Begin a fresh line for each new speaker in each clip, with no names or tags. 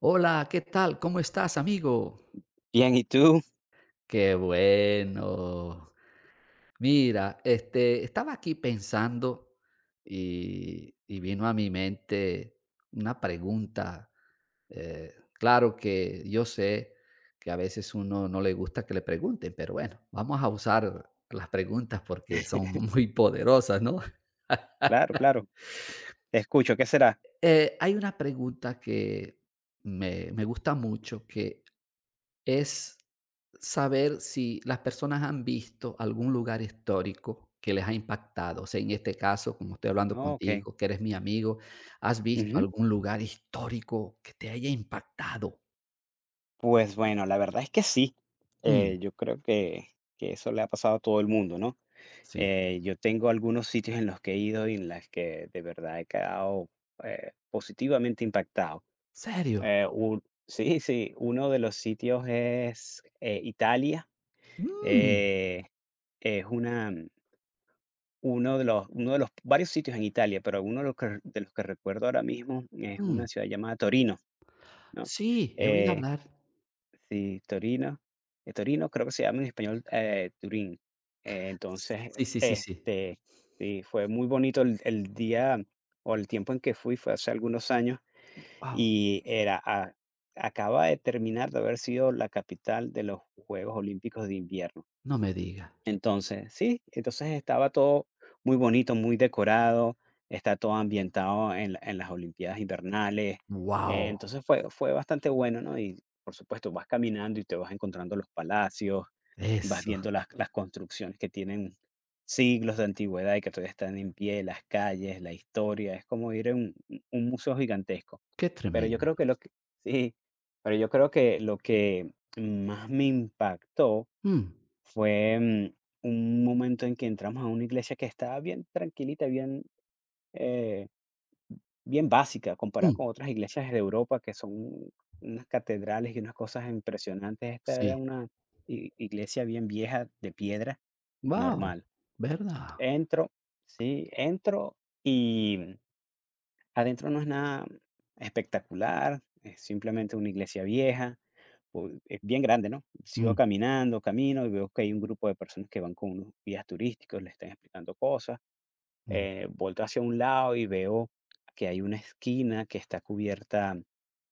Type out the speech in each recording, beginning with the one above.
Hola, ¿qué tal? ¿Cómo estás, amigo?
Bien, ¿y tú?
Qué bueno. Mira, estaba aquí pensando y vino a mi mente una pregunta. Claro que yo sé que a veces uno no le gusta que le pregunten, pero bueno, vamos a usar las preguntas porque son muy poderosas, ¿no?
Claro, claro. Te escucho, ¿qué será?
Hay una pregunta que me gusta mucho, que es saber si las personas han visto algún lugar histórico que les ha impactado. O sea, en este caso, como estoy hablando
Okey.
contigo, que eres mi amigo, ¿has visto
Ujú.
algún lugar histórico que te haya impactado?
Pues bueno, la verdad es que sí.
Mm,
Yo creo que eso le ha pasado a todo el mundo, ¿no?
sí.
Yo tengo algunos sitios en los que he ido y en las que de verdad he quedado, positivamente impactado.
¿Serio?
Un Sí, sí, uno de los sitios es, Italia.
Mm,
Eh, es una, mm, Uno de los varios sitios en Italia, pero uno de los que recuerdo ahora mismo es
mm.
una ciudad llamada Torino, ¿no?
Sí, he oído
Eh,
hablar.
sí, Torino, Torino creo que se llama en español, Turín. Eh, entonces,
Sí, sí, sí, sí.
este, sí, fue muy bonito el día o el tiempo en que fui, fue hace algunos años,
Wow.
y era, acaba de terminar de haber sido la capital de los Juegos Olímpicos de Invierno.
No me diga.
Entonces, sí, entonces estaba todo muy bonito, muy decorado, está todo ambientado en la en las Olimpiadas Invernales.
Wow.
Fue bastante bueno, ¿no? Y, por supuesto, vas caminando y te vas encontrando los palacios, vas
Eso,
viendo las construcciones que tienen siglos de antigüedad y que todavía están en pie, las calles, la historia. Es como ir a un museo gigantesco.
qué
Pero yo
tremendo.
creo que lo que, sí, pero yo creo que lo que más me impactó
Mm,
fue, un momento en que entramos a una iglesia que estaba bien tranquilita, bien, eh, básica, comparada
mm,
con otras iglesias de Europa que son unas catedrales y unas cosas impresionantes. Esta era
sí.
una iglesia bien vieja, de piedra,
Wow.
normal.
¿Verdad?
Entro, sí, entro y adentro no es nada espectacular, es simplemente una iglesia vieja. Es bien grande, ¿no? Sigo
Mm,
caminando, camino y veo que hay un grupo de personas que van con unos guías turísticos, le están explicando cosas.
mm,
Volto hacia un lado y veo que hay una esquina que está cubierta,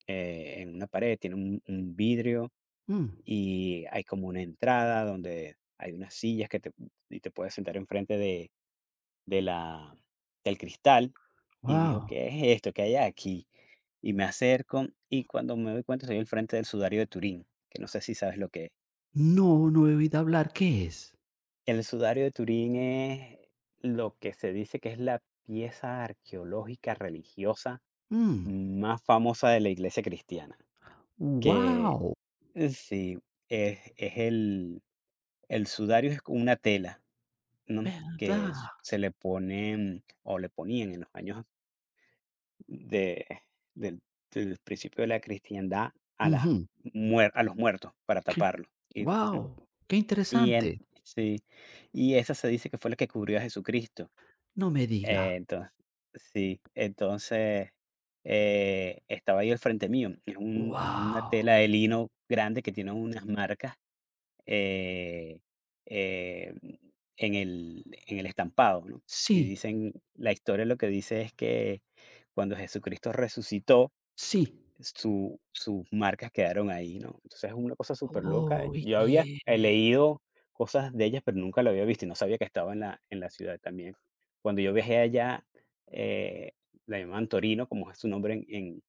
en una pared, tiene un, vidrio,
mm.
y hay como una entrada donde hay unas sillas y te puedes sentar enfrente de la del cristal, y dijo:
Wow.
"¿Qué es esto? ¿que hay aquí?". Y me acerco, y cuando me doy cuenta, soy el frente del sudario de Turín, que no sé si sabes lo que es.
No, no he oído hablar, ¿qué es?
El sudario de Turín es lo que se dice que es la pieza arqueológica religiosa
Mm.
más famosa de la Iglesia cristiana, que,
¡Guau!
sí, es el sudario. Es como una tela, ¿no? Que
¿Verdad?
se le ponen, o le ponían en los años de, del, del principio de la cristiandad a, las
Ujú.
a los muertos, para
Qué
taparlo.
guau, qué
Y, en-
interesante.
sí, y esa se dice que fue la que cubrió a Jesucristo.
No me diga.
Entonces, sí, entonces, estaba ahí al frente mío. Es una
Wow,
tela de lino grande que tiene unas marcas, eh, eh, en, en el estampado, ¿no? Y
sí,
dicen, la historia lo que dice es que cuando Jesucristo resucitó,
sí.
su, sus marcas quedaron ahí, ¿no? Entonces, es una cosa súper loca. Yo había,
Oye.
leído cosas de ellas, pero nunca lo había visto, y no sabía que estaba en la ciudad también. Cuando yo viajé allá, eh, la llamaban Torino, como es su nombre en en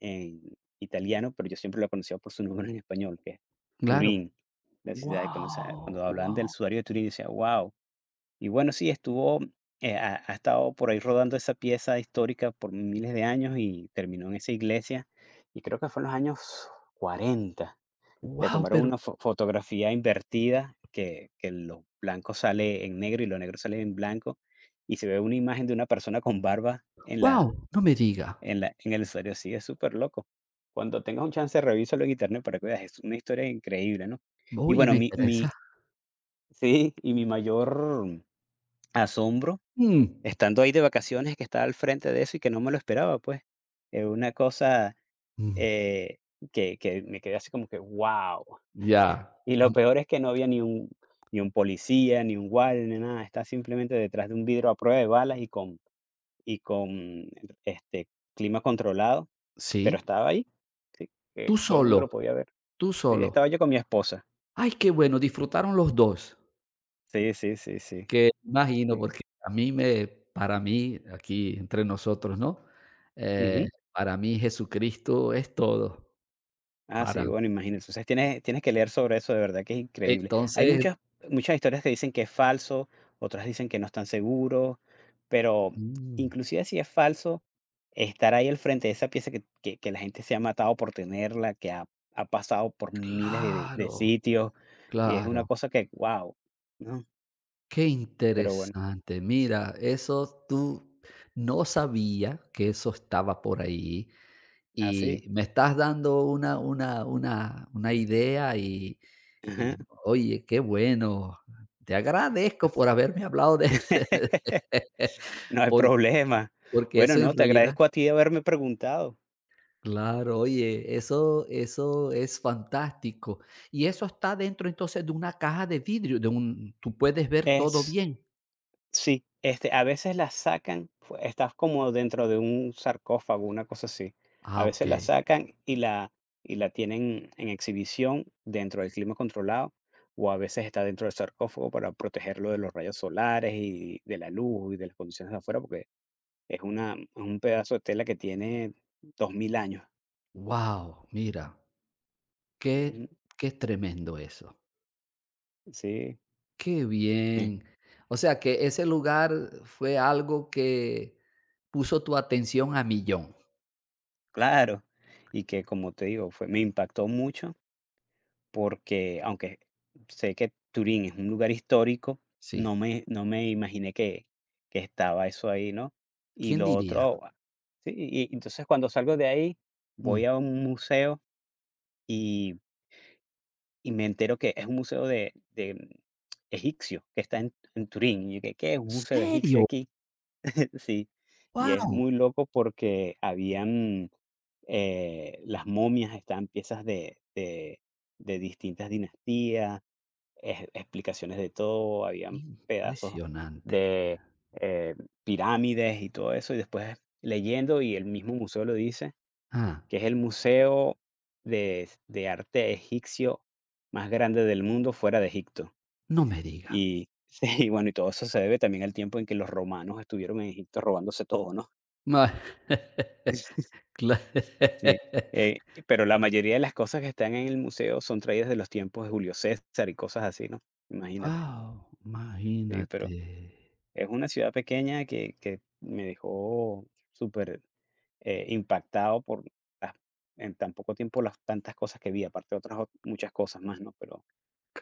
en italiano, pero yo siempre la conocía por su nombre en español, que es
Claro.
Turín, la ciudad. De
Wow,
cuando hablaban del
wow,
sudario de Turín, decía: "Guau". Y bueno, sí, estuvo, ha estado por ahí rodando esa pieza histórica por miles de años, y terminó en esa iglesia. Y creo que fue en los años 40. Le
wow,
tomaron
pero
una fotografía invertida, que lo blanco sale en negro y lo negro sale en blanco. Y se ve una imagen de una persona con barba en,
wow,
la,
no me diga.
en el usuario. Sí, es súper loco. Cuando tengas un chance, revísalo en internet para que veas. Es una historia increíble, ¿no? Y
Oye,
bueno,
me interesa.
sí, y mi mayor asombro,
Mm,
estando ahí de vacaciones, que estaba al frente de eso y que no me lo esperaba, pues. Es una cosa,
mm,
eh, que me quedé así como que: wow.
ya.
Y lo
Mm,
peor es que no había ni un policía, ni un guardia, ni nada. Está simplemente detrás de un vidrio a prueba de balas y con y con, este, clima controlado, pero
sí.
estaba ahí, sí,
Tú
que todo el mundo lo
solo,
podía ver.
tú
Sí,
solo.
estaba yo con mi esposa.
Ay, qué bueno, disfrutaron los 2.
Sí, sí, sí, sí,
Que imagino,
sí.
porque a mí me para mí, aquí entre nosotros, ¿no?
Ujú.
Para mí Jesucristo es todo,
Ah,
para
sí,
mí.
bueno, imagínate. Entonces, tienes que leer sobre eso, de verdad que es increíble. Hay
Entonces
muchas historias que dicen que es falso, otras dicen que no están seguros, pero
mm,
inclusive si es falso, estar ahí al frente de esa pieza que la gente se ha matado por tenerla, que ha, pasado por miles de,
claro,
sitios, y es una
claro,
cosa que, wow, ¿no?
qué
Pero bueno,
interesante. Mira, eso tú no sabía que eso estaba por ahí. Y
así.
me estás dando una idea y
Ajá.
oye, qué bueno. Te agradezco por haberme hablado de
No hay
por
problema.
porque
Bueno,
eso en
no, te
realidad
agradezco a ti de haberme preguntado.
claro, oye, eso es fantástico. Y eso está dentro, entonces, de una caja de vidrio, de un ¿tú puedes ver todo
Es
bien?
Sí, a veces las sacan, fue estás como dentro de un sarcófago, una cosa así. A
Ah, ok.
veces la sacan y la tienen en exhibición dentro del clima controlado, o a veces está dentro del sarcófago para protegerlo de los rayos solares y de la luz y de las condiciones de afuera, porque es una es un pedazo de tela que tiene 2000 años.
Wow, mira,
Ujú,
qué qué tremendo eso.
sí,
Qué
eh,
bien. O sea, que ese lugar fue algo que puso tu atención a millón.
claro. Y que, como te digo, fue me impactó mucho. Porque aunque sé que Turín es un lugar histórico,
Sí.
no me imaginé que estaba eso ahí, ¿no? Y
¿Quién
lo
diría?
otro, ah, sí, y entonces cuando salgo de ahí, voy
Mm.
a un museo, y y me entero que es un museo de egipcio que está en Turín. Y yo: "¿Qué qué? ¿es un museo egipcio
¿Serio?
aquí?". Sí, y es
Wow.
muy loco porque habían, las momias, estaban piezas de distintas dinastías, explicaciones de todo, habían pedazos
Impresionante.
de, eh, pirámides y todo eso, y después leyendo, y el mismo museo lo dice,
Ah,
que es el museo de, arte egipcio más grande del mundo fuera de Egipto.
no me diga.
Y, sí, y bueno, y todo eso se debe también al tiempo en que los romanos estuvieron en Egipto robándose todo, ¿no?
Ma cla
Sí. Pero la mayoría de las cosas que están en el museo son traídas de los tiempos de Julio César y cosas así, ¿no? Imagínate.
Guau,
Sí,
imagínate.
es una ciudad pequeña que me dejó súper, impactado por las en tan poco tiempo, las tantas cosas que vi, aparte de otras, muchas cosas más, ¿no? Pero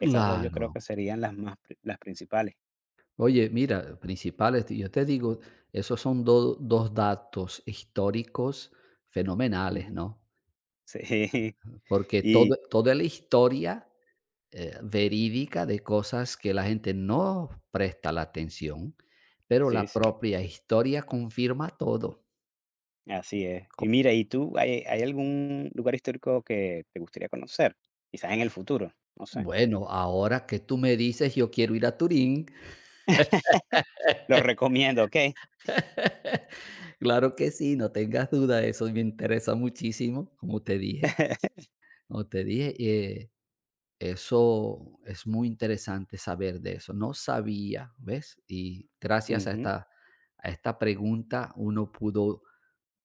esas 2 yo creo que serían las más principales.
Oye, mira, principales, yo te digo, esos son do 2 datos históricos fenomenales,
Ujú.
¿no?
Sí,
Porque todo
y
toda la historia, verídica de cosas que la gente no presta la atención, pero
sí,
la
sí,
propia historia confirma todo.
así es.
Co
Y mira, ¿y tú hay algún lugar histórico que te gustaría conocer? Quizás en el futuro, no sé.
bueno, ahora que tú me dices, yo quiero ir a Turín.
Lo recomiendo, ¿okey?
Claro que sí, no tengas duda, eso me interesa muchísimo, como te dije, eso es muy interesante saber de eso. No sabía, ¿ves? Y gracias
Ujú,
a esta pregunta uno pudo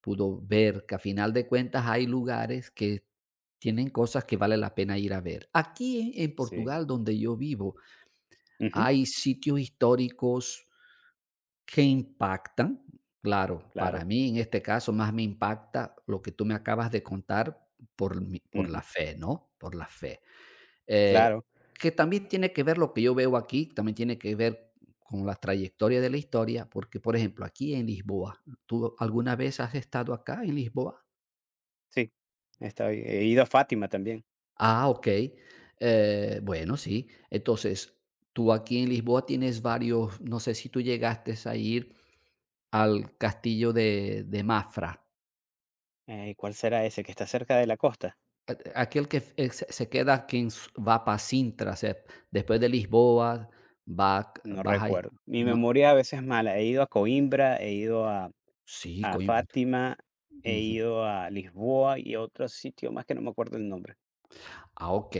pudo ver que a final de cuentas hay lugares que tienen cosas que vale la pena ir a ver. Aquí en
sí,
Portugal, donde yo vivo,
ujú,
hay sitios históricos que impactan. Claro, para
claro,
mí en este caso más me impacta lo que tú me acabas de contar por, mi- por la
ujú,
fe, ¿no? Por la fe. Eh,
claro.
que también tiene que ver lo que yo veo aquí, también tiene que ver con la trayectoria de la historia, porque por ejemplo, aquí en Lisboa, ¿tú alguna vez has estado acá en Lisboa?
Sí, está bien. He ido a Fátima también.
Ah, okey. Bueno, sí. Entonces, tú aquí en Lisboa tienes varios no sé si tú llegaste a ir al castillo de Mafra,
¿Cuál será ese que está cerca de la costa?
a aquel que f se se queda quien s va para Sintra, se después de Lisboa, va
No
vas ahí.
recuerdo, mi
No
memoria a veces es mala. He ido a Coimbra, he ido a,
sí, coño.
Fátima, he ido a Lisboa y otro sitio más que no me acuerdo el nombre.
Ah, ah, ok.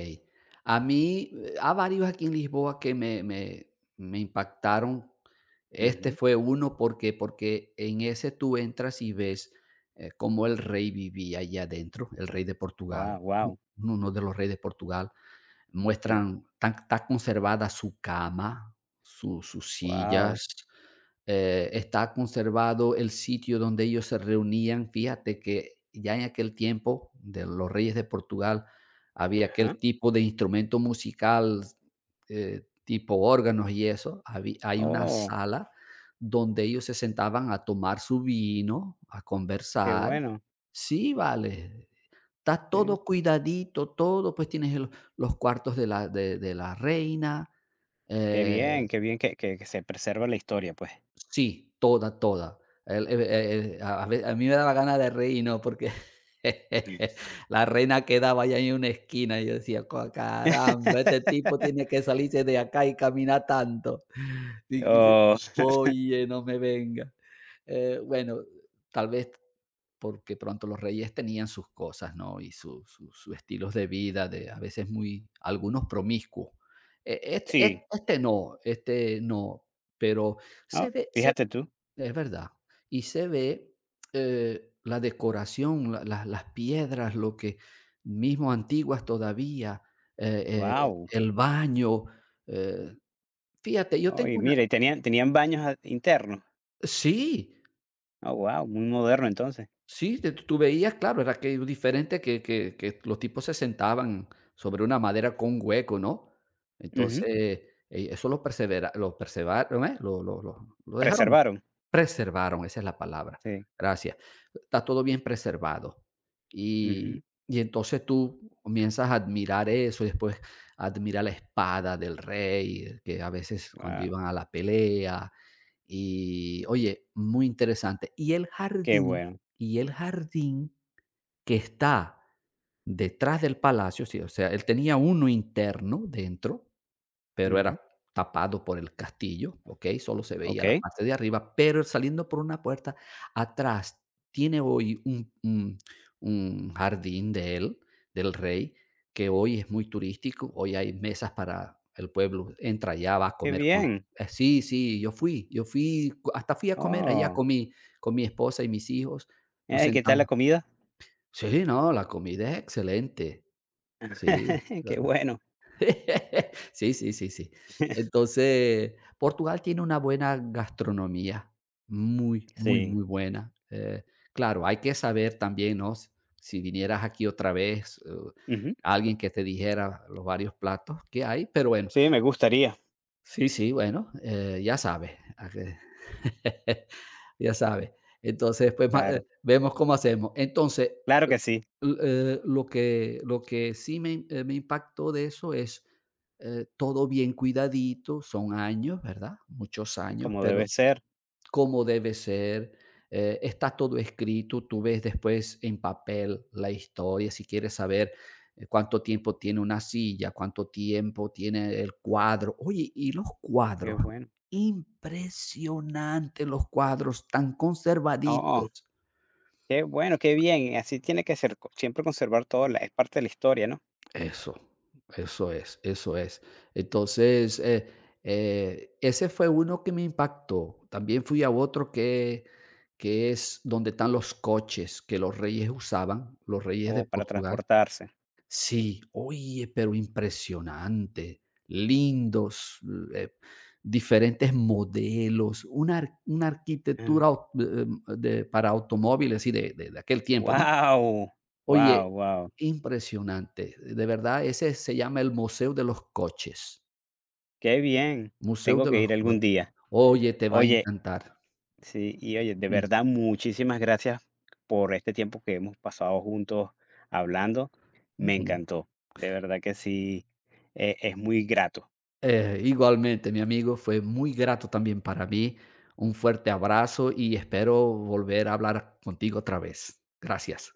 A mí, a varios aquí en Lisboa que me impactaron. Este
Ujú.
fue uno porque, porque en ese tú entras y ves cómo el rey vivía allá adentro, el rey de Portugal,
Wow.
u-
Wow.
uno de los reyes de Portugal.
Sí,
Muestran tan está conservada su cama, su sus
guau.
sillas, está conservado el sitio donde ellos se reunían. Fíjate que ya en aquel tiempo de los reyes de Portugal había
Ajá.
aquel tipo de instrumento musical, tipo órganos y eso. Habí hay una
Oh,
sala donde ellos se sentaban a tomar su vino, a
qué
conversar.
bueno.
Sí, vale. Está
Sí.
todo cuidadito, todo, pues tienes el los cuartos de la reina, eh
Qué bien que se preserva la historia, pues.
sí, toda, toda. El a ve a mí me daba ganas de reírnos porque la reina quedaba allá en una esquina y yo decía: "Co caramba, este tipo tiene que salirse de acá y caminar tanto". Y que se-
Oh,
Oye, no me venga. Bueno, tal vez porque pronto los reyes tenían sus cosas, ¿no? Y sus su, su estilos de vida, de a veces muy, algunos promiscuos. E- Este,
sí.
este- este no, pero
Oh,
se ve, se-
fíjate tú.
es verdad, y se ve la decoración, la- la- las piedras, lo que mismo antiguas todavía,
Wow.
el baño. eh, Fíjate, yo
Oh,
tengo
y
una,
mira, y tenían baños a internos.
sí,
Oh, guau, muy moderno entonces.
sí, te- tú veías, claro, era que diferente que los tipos se sentaban sobre una madera con hueco, ¿no?
Ujú.
Entonces, eso lo persevera, lo perseveraron, ¿eh? Lo dejaron
Preservaron.
preservaron, esa es la palabra,
Sí.
gracias. Está todo bien preservado. Y
Ujú.
y entonces tú comienzas a admirar eso, y después admira la espada del rey, que a veces cuando
Wow,
iban a la pelea, y oye, muy interesante. Y el
qué
jardín
bueno.
y el jardín que está detrás del palacio, sí, o sea, él tenía uno interno dentro, pero era
Ujú.
tapado por el castillo, ¿okey? Solo se veía la
Okey,
parte de arriba, pero saliendo por una puerta atrás tiene hoy un jardín de él, del rey, que hoy es muy turístico, hoy hay mesas para el pueblo, entra allá, va a
qué
comer con
bien.
sí, sí, cu- hasta fui a comer allá
Oh,
con mi esposa y mis hijos, nos
¿y qué tal la
sentamos.
comida?
Sí, no, la comida es excelente, sí.
Qué
Bueno,
bueno.
sí, sí, sí, sí. Entonces, Portugal tiene una buena gastronomía, muy, muy,
Sí.
muy buena. Claro, hay que saber también, ¿no? Si si vinieras aquí otra vez,
Ujú.
alguien que te dijera los varios platos que hay, pero bueno,
Sí, me gustaría.
sí, sí, bueno, ya sabes, a que ya sabes. Entonces, pues, ma
Claro,
vemos cómo hacemos. Entonces,
claro
eh,
que sí,
lo que sí me me impactó de eso es, todo bien cuidadito, son años, ¿verdad? Muchos
y
años,
como
pero
debe ser.
cómo debe ser. Está todo escrito, tú ves después en papel la historia, si quieres saber cuánto tiempo tiene una silla, cuánto tiempo tiene el cuadro. Oye, y los
Qué
cuadros,
bueno.
impresionante los cuadros, tan
Oh,
conservaditos.
qué bueno, qué bien. Así tiene que ser, co siempre conservar todo, la es parte de la historia, ¿no?
Eso, eso es, eso es. Entonces, ese fue uno que me impactó. También fui a otro que es donde están los coches que los reyes usaban, los reyes
O
de
para
Portugal.
transportarse.
Sí, oye, pero impresionante, lindos, eh, diferentes modelos, una, ar- una arquitectura au- de- para automóviles y de aquel tiempo, ¿no?
Wow. Wow.
Oye,
Wow.
impresionante. De verdad, ese se llama el Museo de los Coches.
Qué bien,
Museo
tengo
de
que
los
ir algún
Coches.
día.
Oye, te va a
Oye,
encantar.
sí, y oye, de
Dime.
verdad, muchísimas gracias por este tiempo que hemos pasado juntos hablando. Me
Ujú.
encantó, de verdad que sí, es muy grato.
Igualmente, mi amigo, fue muy grato también para mí. Un fuerte abrazo y espero volver a hablar contigo otra vez. Gracias.